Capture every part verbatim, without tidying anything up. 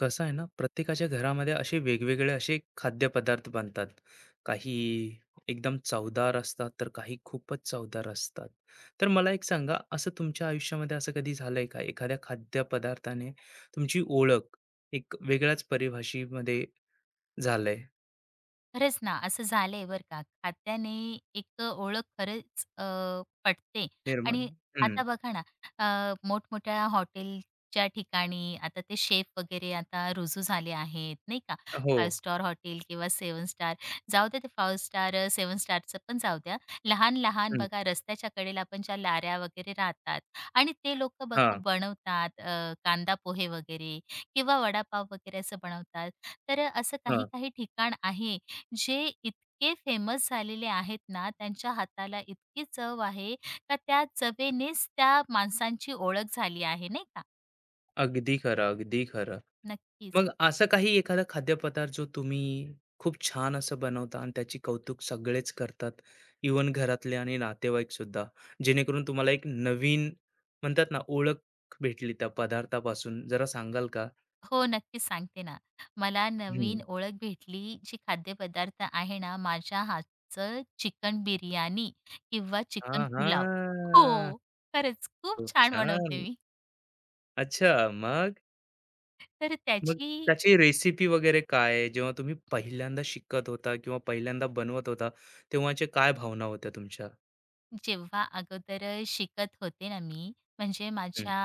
कसं आहे ना, प्रत्येकाच्या घरामध्ये असे वेगवेगळे असे खाद्यपदार्थ बनतात. काही एकदम चवदार असतात, तर काही खूपच चवदार असतात. तर मला एक सांगा, असं तुमच्या आयुष्यामध्ये असं कधी झालंय का? एखाद्या खाद्यपदार्थाने तुमची ओळख एक वेगळ्याच परिभाषेमध्ये झालंय खरंच ना, असं झालंय बरं का. खात्याने एक अ, ओळख खरंच अ, पटते निर्माण? आणि हं. आता बघा ना, अ, मोठमोठ्या हॉटेलच्या ठिकाणी आता ते शेफ वगैरे आता रुजू झाले आहेत, नाही का. हो. पाच स्टार हॉटेल किंवा सेवन स्टार जाऊ द्या ते पाच स्टार, सेवन स्टारचं पण जाऊ द्या. लहान-लहान हं. बघा रस्त्याच्या कडेला पण ज्या लाऱ्या वगैरे राहतात आणि ते लोकं बघा हां, बनवतात अ, कांदा पोहे वगैरे किंवा वडापाव वगैरे असं बनवतात. तर असं हां. काही-काही ठिकाण आहे जे इतके फेमस झालेले आहेत ना, त्यांच्या हाताला इतकी चव आहे का त्या चवेनेच त्या माणसांची ओळख झाली आहे, नाही का? अगदी खरं, अगदी खरं. नक्कीच. मग असं काही एखादा खाद्यपदार्थ जो तुम्ही खूप छान असं बनवता आणि त्याची कौतुक सगळेच करतात इवन घरातले आणि नातेवाईक सुद्धा जेणेकरून तुम्हाला एक नवीन म्हणतात ना ओळख भेटली त्या पदार्थापासून जरा सांगाल का. हो, नक्कीच सांगते ना. मला नवीन हम्म. ओळख भेटली जी खाद्यपदार्थ आहे ना, माझ्या हातचं चिकन बिर्याणी किंवा हा चिकन हा. पुलाव. हो, खरंच खूप खूप छान छान. बनवते मी. अच्छा मग. तर मग त्याची त्याची रेसिपी वगैरे काय आहे? जेव्हा तुम्ही पहिल्यांदा शिकत होता किंवा पहिल्यांदा बनवत होता तेव्हाचे काय भावना होत्या तुमच्या. जेव्हा अगोदर शिकत होते ना मी, म्हणजे हम्म. माझ्या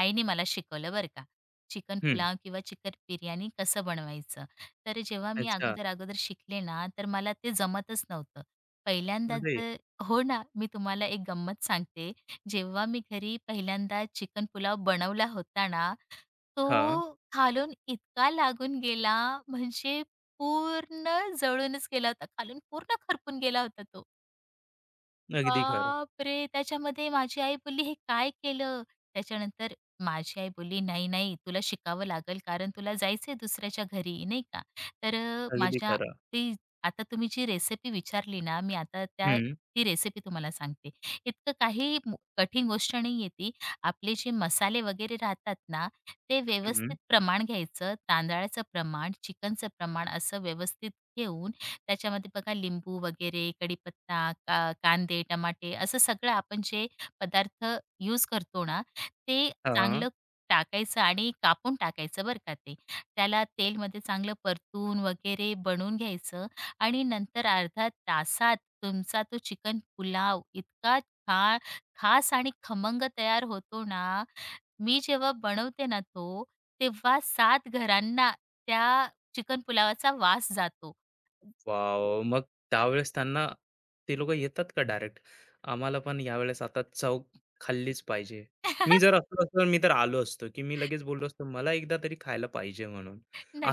आईने मला शिकवलं बरं का. चिकन हम्म. पुलाव किंवा चिकन बिर्याणी कसं बनवायचं. तर जेव्हा मी अच्छा. अगोदर, अगोदर शिकले ना, तर मला ते जमतच नव्हतं. अरे पहिल्यांदाच हो ना, मी तुम्हाला एक गंमत सांगते. जेव्हा मी घरी पहिल्यांदा चिकन पुलाव बनवला होता ना, तो हा. खालून इतका लागून गेला, म्हणजे पूर्ण जळूनच गेला होता. खालून पूर्ण खरपून गेला होता तो. अगदी खरं, बापरे! त्याच्यामध्ये माझी आई बोलली, "हे काय केलं?" त्याच्यानंतर माझी आई बोलली, "नाही, नाही, तुला शिकावं लागेल कारण तुला जायचंय दुसऱ्याच्या घरी." नाही का. तर अ, अगदी माझ्या खरं. ती आता तुम्ही जी रेसिपी विचारली ना, मी आता त्या हं, ती रेसिपी तुम्हाला सांगते. इतकं काही मो कठीण गोष्ट नाहीये ती. आपले जे मसाले वगैरे राहतात ना, ते हं. व्यवस्थित प्रमाण घ्यायचं. तांदळाचं प्रमाण, चिकनचं प्रमाण असं व्यवस्थित घेऊन त्याच्यामध्ये बघा लिंबू वगैरे, कढीपत्ता, का कांदे, टमाटे असं सगळं आपण जे पदार्थ यूज करतो ना, ते हां. चांगलं टाकायचं आणि कापून टाकायचं बरं का ते. त्याला तेलमध्ये चांगलं परतून वगैरे बनवून घ्यायचं आणि नंतर अर्ध्या तासात तुमचा तो चिकन पुलाव इतका खा खास आणि खमंग तयार होतो ना, मी जेव्हा बनवते ना तो, तेव्हा सात घरांना त्या चिकन पुलावाचा वास जातो. वॉव! मग त्यावेळेस त्यांना ते लोकं येतात का डायरेक्ट? आम्हाला पण यावेळेस आता चव खाल्लीच पाहिजे. मी जर असलो असतो, तर मी तर आलो असतो, की मी लगेच बोललो असतो, "मला एकदा तरी खायला पाहिजे" म्हणून.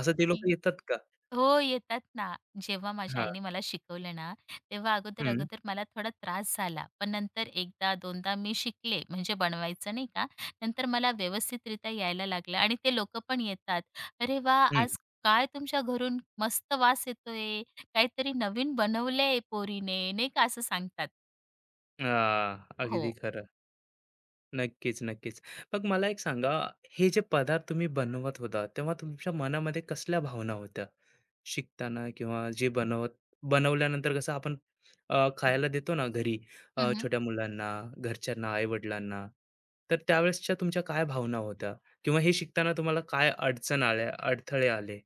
असं ते लोकं येतात का? हो, येतात ना. जेव्हा माझ्या हां. आईने मला शिकवलं ना, तेव्हा अगोदर, हं, अगोदर मला थोडा त्रास झाला. पण नंतर एकदा, दोनदा मी शिकले, म्हणजे बनवायचं नाही का. नंतर मला व्यवस्थितरित्या यायला लागलं आणि ते लोकं पण येतात. "अरे वा, हं. आज काय तुमच्या घरून मस्त वास येतोय. काहीतरी नवीन बनवलंय पोरीने." नाही का असं सांगतात. हां, अगदी हो. खरं. नक्कीच, नक्कीच. मग मला एक सांगा, हे जे पदार्थ तुम्ही बनवत होता, तेव्हा तुमच्या मनामध्ये कसल्या भावना होत्या? शिकताना किंवा जे बनवत बनवल्यानंतर कसं आपण अ, खायला देतो ना घरी, अ, छोट्या मुलांना, घरच्यांना, आई-वडिलांना. तर त्यावेळेसच्या तुमच्या काय भावना होत्या? किंवा हे शिकताना तुम्हाला काय अडचण आल्या, अडथळे आले?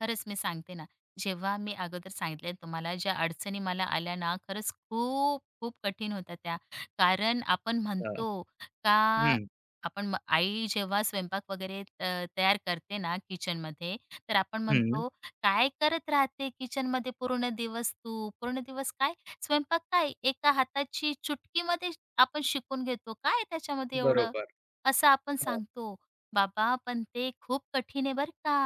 खरंच मी सांगते ना, जेव्हा मी अगोदर सांगितले तुम्हाला ज्या अडचणी मला आल्या ना, खरंच खूप, खूप कठीण होत्या त्या. कारण आपण अ, म्हणतो का हं, आपण म आई जेव्हा स्वयंपाक वगैरे अ, तयार करते ना किचनमध्ये, तर आपण हं. म्हणतो, "काय करत राहते किचनमध्ये पूर्ण दिवस तू? पूर्ण दिवस काय? स्वयंपाक काय?" एका हाताची चुटकीमध्ये आपण शिकून घेतो. काय त्याच्यामध्ये एवढं? बरोबर. असं आपण हां. सांगतो. बाबा, पण ते खूप कठीण आहे बरं का.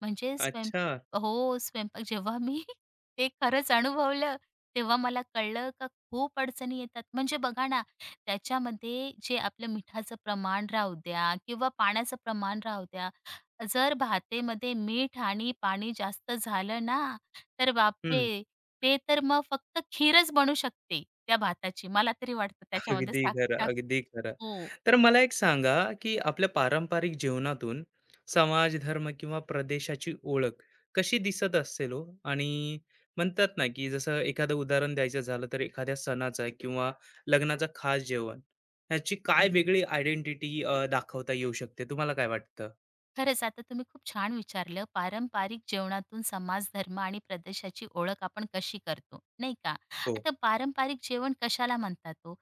म्हणजे स्वयं अच्छा. हो, स्वयंपाक जेव्हा मी ते खरंच अनुभवलं, तेव्हा मला कळलं का खूप अडचणी येतात. म्हणजे बघा ना, त्याच्यामध्ये जे आपलं मिठाचं प्रमाण राहू द्या किंवा पाण्याचं प्रमाण राहू द्या. जर भातेमध्ये मीठ आणि पाणी जास्त झालं ना, तर हं. बापरे! ते तर मग फक्त खीरच बनू शकते त्या भाताची. मला तरी वाटतं त्याच्यामध्ये अगदी साख खरं, टाक अगदी खरं. हो. तर मला एक सांगा, की आपल्या पारंपरिक जीवनातून समाज, धर्म किंवा प्रदेशाची ओळख कशी दिसत असेल हो? आणि म्हणतात ना, की जसं एखादं उदाहरण द्यायचं झालं, तर एखाद्या सणाचा किंवा लग्नाचा खास जेवण ह्याची काय वेगळी आयडेंटिटी दाखवता येऊ शकते? तुम्हाला काय वाटतं? खरंच आता तुम्ही खूप छान विचारलं पारंपरिक जेवणातून समाज धर्म आणि प्रदेशाची ओळख आपण कशी करतो नाही का हो. आता पारंपरिक जेवण कशाला म्हणतात तो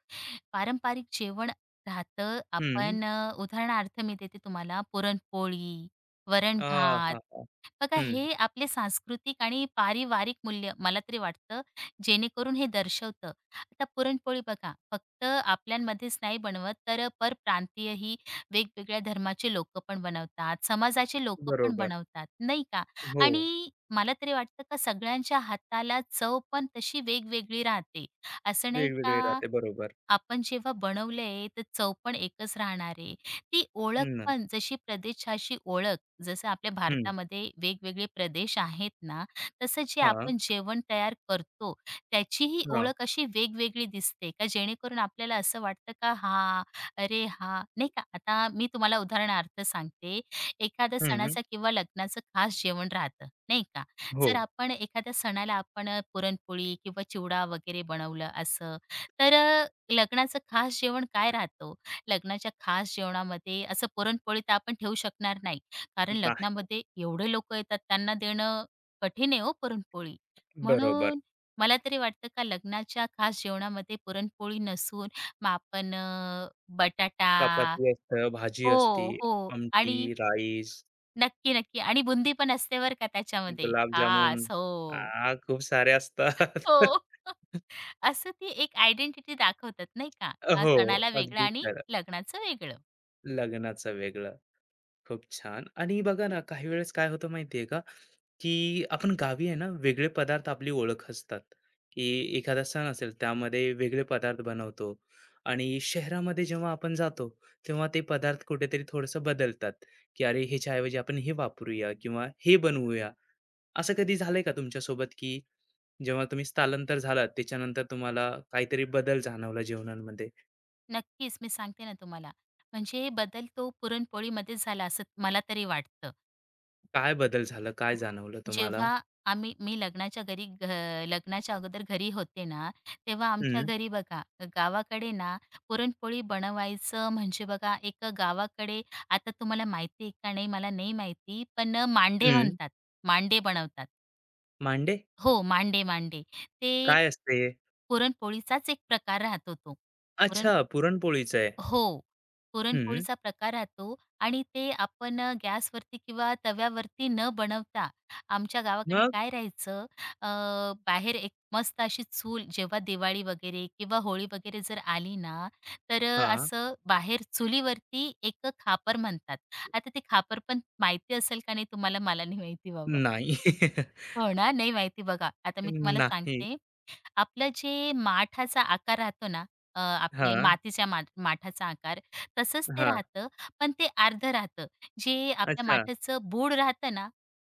पारंपरिक जेवण राहतं हं. आपण अ, उदाहरणार्थ मी देते तुम्हाला पुरणपोळी वरण अ, भात हां, हां. बघा हं. हे आपले सांस्कृतिक आणि पारिवारिक मूल्य मला तरी वाटतं जेणेकरून हे दर्शवतं. आता पुरणपोळी बघा फक्त आपल्यामध्येच नाही बनवत तर परप्रांतीयही वेगवेगळ्या धर्माचे लोकं पण बनवतात, समाजाचे लोकं पण बरोबर. बनवतात, नाही का? हो. आणि मला तरी वाटतं का सगळ्यांच्या हाताला चव पण तशी वेगवेगळी राहते. असं नाही वेगवेगळे का राहते. बरोबर. आपण जेव्हा बनवलंय, तर चव पण एकच राहणार आहे. ती ओळख हं. पण जशी प्रदेशाची ओळख, जसं आपल्या हं. भारतामध्ये वेगवेगळे प्रदेश आहेत ना, तसं जे हां. आपण जेवण तयार करतो, त्याचीही हां. ओळख अशी वेगवेगळी दिसते का? जेणेकरून आपल्याला असं वाटतं का, "हां, अरे हां" नाही का? आता मी तुम्हाला उदाहरणार्थ सांगते. एखाद्या हं. सणाचा किंवा लग्नाचं खास जेवण राहतं, नाही का? हो. जर आपण एखाद्या सणाला आपण पुरणपोळी किंवा चिवडा वगैरे बनवलं असं, तर लग्नाचं खास जेवण काय राहतं? लग्नाच्या खास जेवणामध्ये असं पुरणपोळी तर आपण ठेवू शकणार नाही. कारण नाही. लग्नामध्ये एवढे लोकं येतात, त्यांना देणं कठीण आहे हो पुरणपोळी. बरोबर. म्हणून मला तरी वाटतं का लग्नाच्या खास जेवणामध्ये पुरणपोळी नसून मग आपण अ, बटाटा चपाती असतं, भाजी असती, हो, हो. आमटी, आणि राईस, नक्की, नक्की आणि बुंदी पण असते बरं का त्याच्यामध्ये. गुलाबजामुन, खास. हो. आ, खूप सारे असतात. हो. असं ती एक आयडेंटिटी दाखवतात नाही का? हा हो, सणाला वेगळं अगदी आणि खरं. लग्नाचं वेगळं. लग्नाचं वेगळं. खूप छान. आणि बघा ना, काही वेळेस काय होतं माहिती आहे का? की आपण गावी आहे ना, वेगळे पदार्थ आपली ओळख असतात, की एखादा सण असेल त्यामध्ये वेगळे पदार्थ बनवतो आणि शहरामध्ये जेव्हा आपण जातो, तेव्हा ते पदार्थ कुठेतरी थोडंसं बदलतात, की अरे ह्याच्या ऐवजी आपण हे वापरूया किंवा हे बनवूया. असं कधी झालंय का तुमच्यासोबत, की जेव्हा तुम्ही स्थलांतर झालात त्याच्यानंतर तुम्हाला काहीतरी बदल जाणवला जेवणांमध्ये? नक्कीच, मी सांगते ना तुम्हाला. म्हणजे बदल तो पुरणपोळीमध्ये झाला असं मला तरी वाटतं. काय बदल झाला, काय जाणवलं तुम्हाला? जेव्हा आम्ही मी लग्नाच्या घरी घ लग्नाच्या अगोदर घरी होते ना, तेव्हा आमच्या हं, घरी बघा गावाकडे ना पुरणपोळी बनवायचं म्हणजे बघा एक गावाकडे आता तुम्हाला माहिती आहे का नाही मला नाही माहिती, पण मांडे हं. म्हणतात. मांडे बनवतात. मांडे? हो, मांडे, मांडे. ते काय असते हे? पुरणपोळीचाच एक प्रकार राहतो तो. अच्छा पुरणपोळीचं आहे. हो. हं. पुरणपोळीचा प्रकार राहतो आणि ते आपण अ, गॅसवरती किंवा तव्यावरती न बनवता आमच्या गावाकडे मग? काय राहायचं अ, बाहेर एक मस्त अशी चूल जेव्हा दिवाळी वगैरे किंवा होळी वगैरे जर आली ना, तर अ, हां. असं बाहेर चुलीवरती एक खापर म्हणतात. आता ते खापर पण माहिती असेल का नाही तुम्हाला? मला नाही माहिती बाबा. नाही. हो ना? नाही माहिती बघा. आता मी तुम्हाला नाही. सांगते आपलं जे माठाचा आकार राहतो ना, अ, आपले हां, मातीच्या माठ माठाचा आकार, तसंच ते हां. राहतं, पण ते अर्धं राहतं. जे आपल्या अच्छा. माठाचं बूड राहतं ना,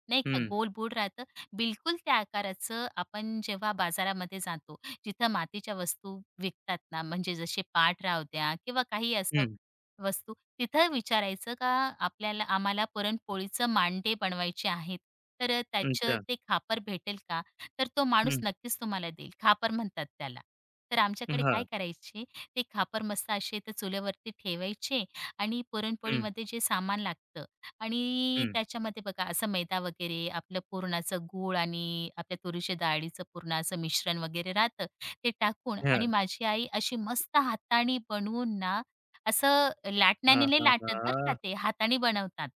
नाही हं, का, गोल बूड राहतं, बिलकुल त्या आकाराचं आपण जेव्हा बाजारामध्ये जातो, जिथं मातीच्या वस्तू विकतात ना, म्हणजे जसे पाट राहू द्या किंवा काही असं हं. वस्तू, तिथं विचारायचं का आपल्याला आम्हाला पुरणपोळीचं मांडे बनवायचे आहेत, तर त्याचं अच्छा. ते खापर भेटेल का? तर तो माणूस हं. नक्कीच तुम्हाला देईल. खापर म्हणतात त्याला. तर आमच्याकडे काय हां. करायचे, ते खापर मस्त असे ते चुलीवरती ठेवायचे आणि हं, पुरणपोळीमध्ये जे सामान लागतं आणि हं. त्याच्यामध्ये बघा असं मैदा वगैरे, आपलं पुरणाचं गूळ आणि आपल्या तुरीच्या डाळीचं पूर्ण असं मिश्रण वगैरे राहतं, ते टाकून आणि हां. माझी आई अशी मस्त हाताने बनवून ना, असं लाटण्याने नाही लाटत बरं का आहाहा! ते, हाताने बनवतात.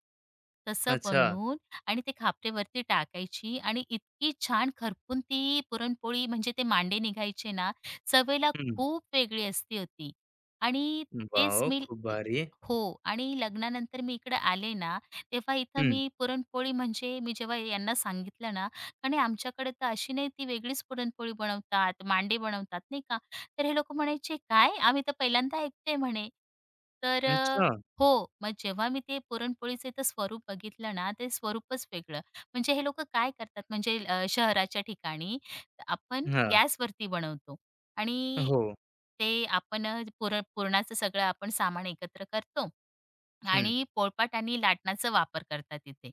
तसं अच्छा. बनवून आणि ते खापरेवरती टाकायची आणि इतकी छान खरपून ती पुरणपोळी म्हणजे ते मांडे निघायचे ना, चवेला हं. खूप वेगळी असती होती. आणि तेच वॉव! मी खूप भारी. हो. आणि लग्नानंतर मी इकडे आले ना, तेव्हा इथं हं. मी पुरणपोळी म्हणजे मी जेव्हा यांना सांगितलं ना, "आणि आमच्याकडे तर अशी नाही ती वेगळीच पुरणपोळी बनवतात, मांडे बनवतात नाही का." तर हे लोकं म्हणायचे, "काय? आम्ही तर पहिल्यांदा ऐकतोय" म्हणे. तर अच्छा. हो, मग जेव्हा मी ते पुरणपोळीचं इथं स्वरूप बघितलं ना, ते स्वरूपच वेगळं. म्हणजे हे लोकं काय करतात म्हणजे अ, शहराच्या ठिकाणी आपण हां. गॅसवरती बनवतो आणि हो. ते आपण अ, पुर पुरणाचं सगळं आपण सामान एकत्र करतो हं. आणि पोळपाट आणि लाटणाचा वापर करतात तिथे.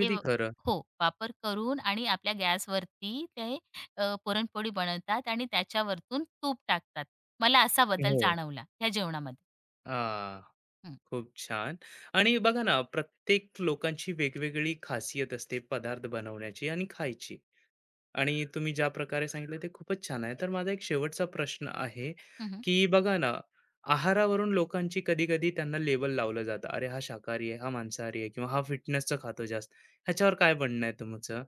ते व- खरं. हो, वापर करून आणि आपल्या गॅसवरती ते अ, पुरणपोळी बनवतात आणि त्याच्यावरतून तूप टाकतात. मला असा बदल हो. जाणवला त्या जेवणामध्ये. आ, हं. खूप छान. आणि बघा ना, प्रत्येक लोकांची वेगवेगळी खासियत असते पदार्थ बनवण्याची आणि खायची. आणि तुम्ही ज्या प्रकारे सांगितलं ते खूपच छान आहे. तर माझा एक शेवटचा प्रश्न आहे, हं, हं. की बघा ना, आहारावरून लोकांची कधी-कधी त्यांना लेबल लावलं जातं. अरे, हा शाकाहारी आहे, हा मांसाहारी आहे किंवा हा फिटनेसचं खातो जास्त. ह्याच्यावर काय म्हणणं आहे तुमचं?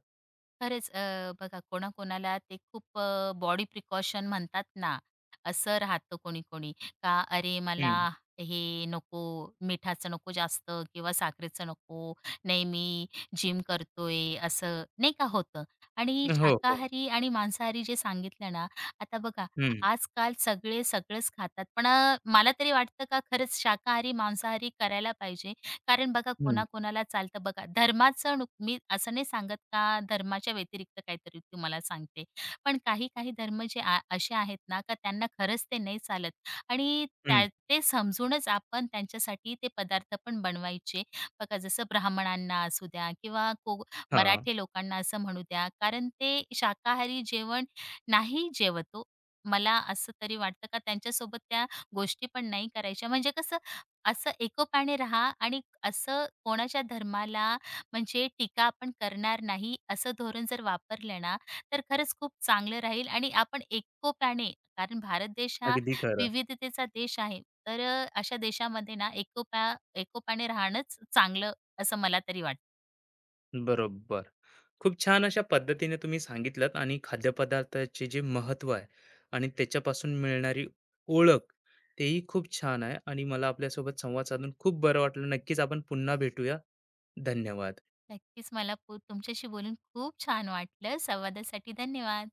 खरंच अ, बघा कोणाकोणाला ते खूप बॉडी प्रिकॉशन म्हणतात ना, असं राहतं कोणी-कोणी का "अरे मला हं. हे नको, मिठाचं नको जास्त किंवा साखरेचं नको. नाही मी जिम करतोय." असं नाही का होतं. आणि हो, हो. शाकाहारी आणि मांसाहारी जे सांगितलं ना, आता बघा हं, आजकाल सगळे सगळंच खातात. पण अ, मला तरी वाटतं का खरंच शाकाहारी, मांसाहारी करायला पाहिजे. कारण बघा हं, कोणाकोणाला चालतं बघा धर्माचं नुक- मी असं नाही सांगत का धर्माच्या व्यतिरिक्त काहीतरी तुम्हाला सांगते पण काही काही धर्म जे आ- असे आहेत ना का त्यांना खरंच ते नाही चालत आणि हं. त्या ते समजूनच आपण त्यांच्यासाठी ते पदार्थ पण बनवायचे बघा जसं ब्राह्मणांना असू द्या किंवा को हां, मराठी लोकांना असं म्हणू द्या कारण ते शाकाहारी जेवण नाही जेवतो मला असं तरी वाटतं का त्यांच्यासोबत त्या गोष्टी पण नाही करायच्या म्हणजे कसं असं एकोप्याने राहा आणि असं कोणाच्या धर्माला म्हणजे टीका आपण करणार नाही असं धोरण जर वापरलं ना, तर खरंच खूप चांगलं राहील आणि आपण एकोप्याने कारण भारत देश हा अगदी खरं. विविधतेचा देश आहे. तर अ, अशा देशामध्ये ना एकोप्या एकोप्याने राहणंच चांगलं असं मला तरी वाटतं. बरोबर. खूप छान अशा पद्धतीने तुम्ही सांगितलत आणि खाद्यपदार्थाचे जे महत्त्व आहे आणि त्याच्यापासून मिळणारी ओळख, तेही खूप छान आहे आणि मला आपल्यासोबत संवाद साधून खूप बरं वाटलं. नक्कीच आपण पुन्हा भेटूया. धन्यवाद. नक्कीच मला पु तुमच्याशी बोलून खूप छान वाटलं. संवादासाठी धन्यवाद.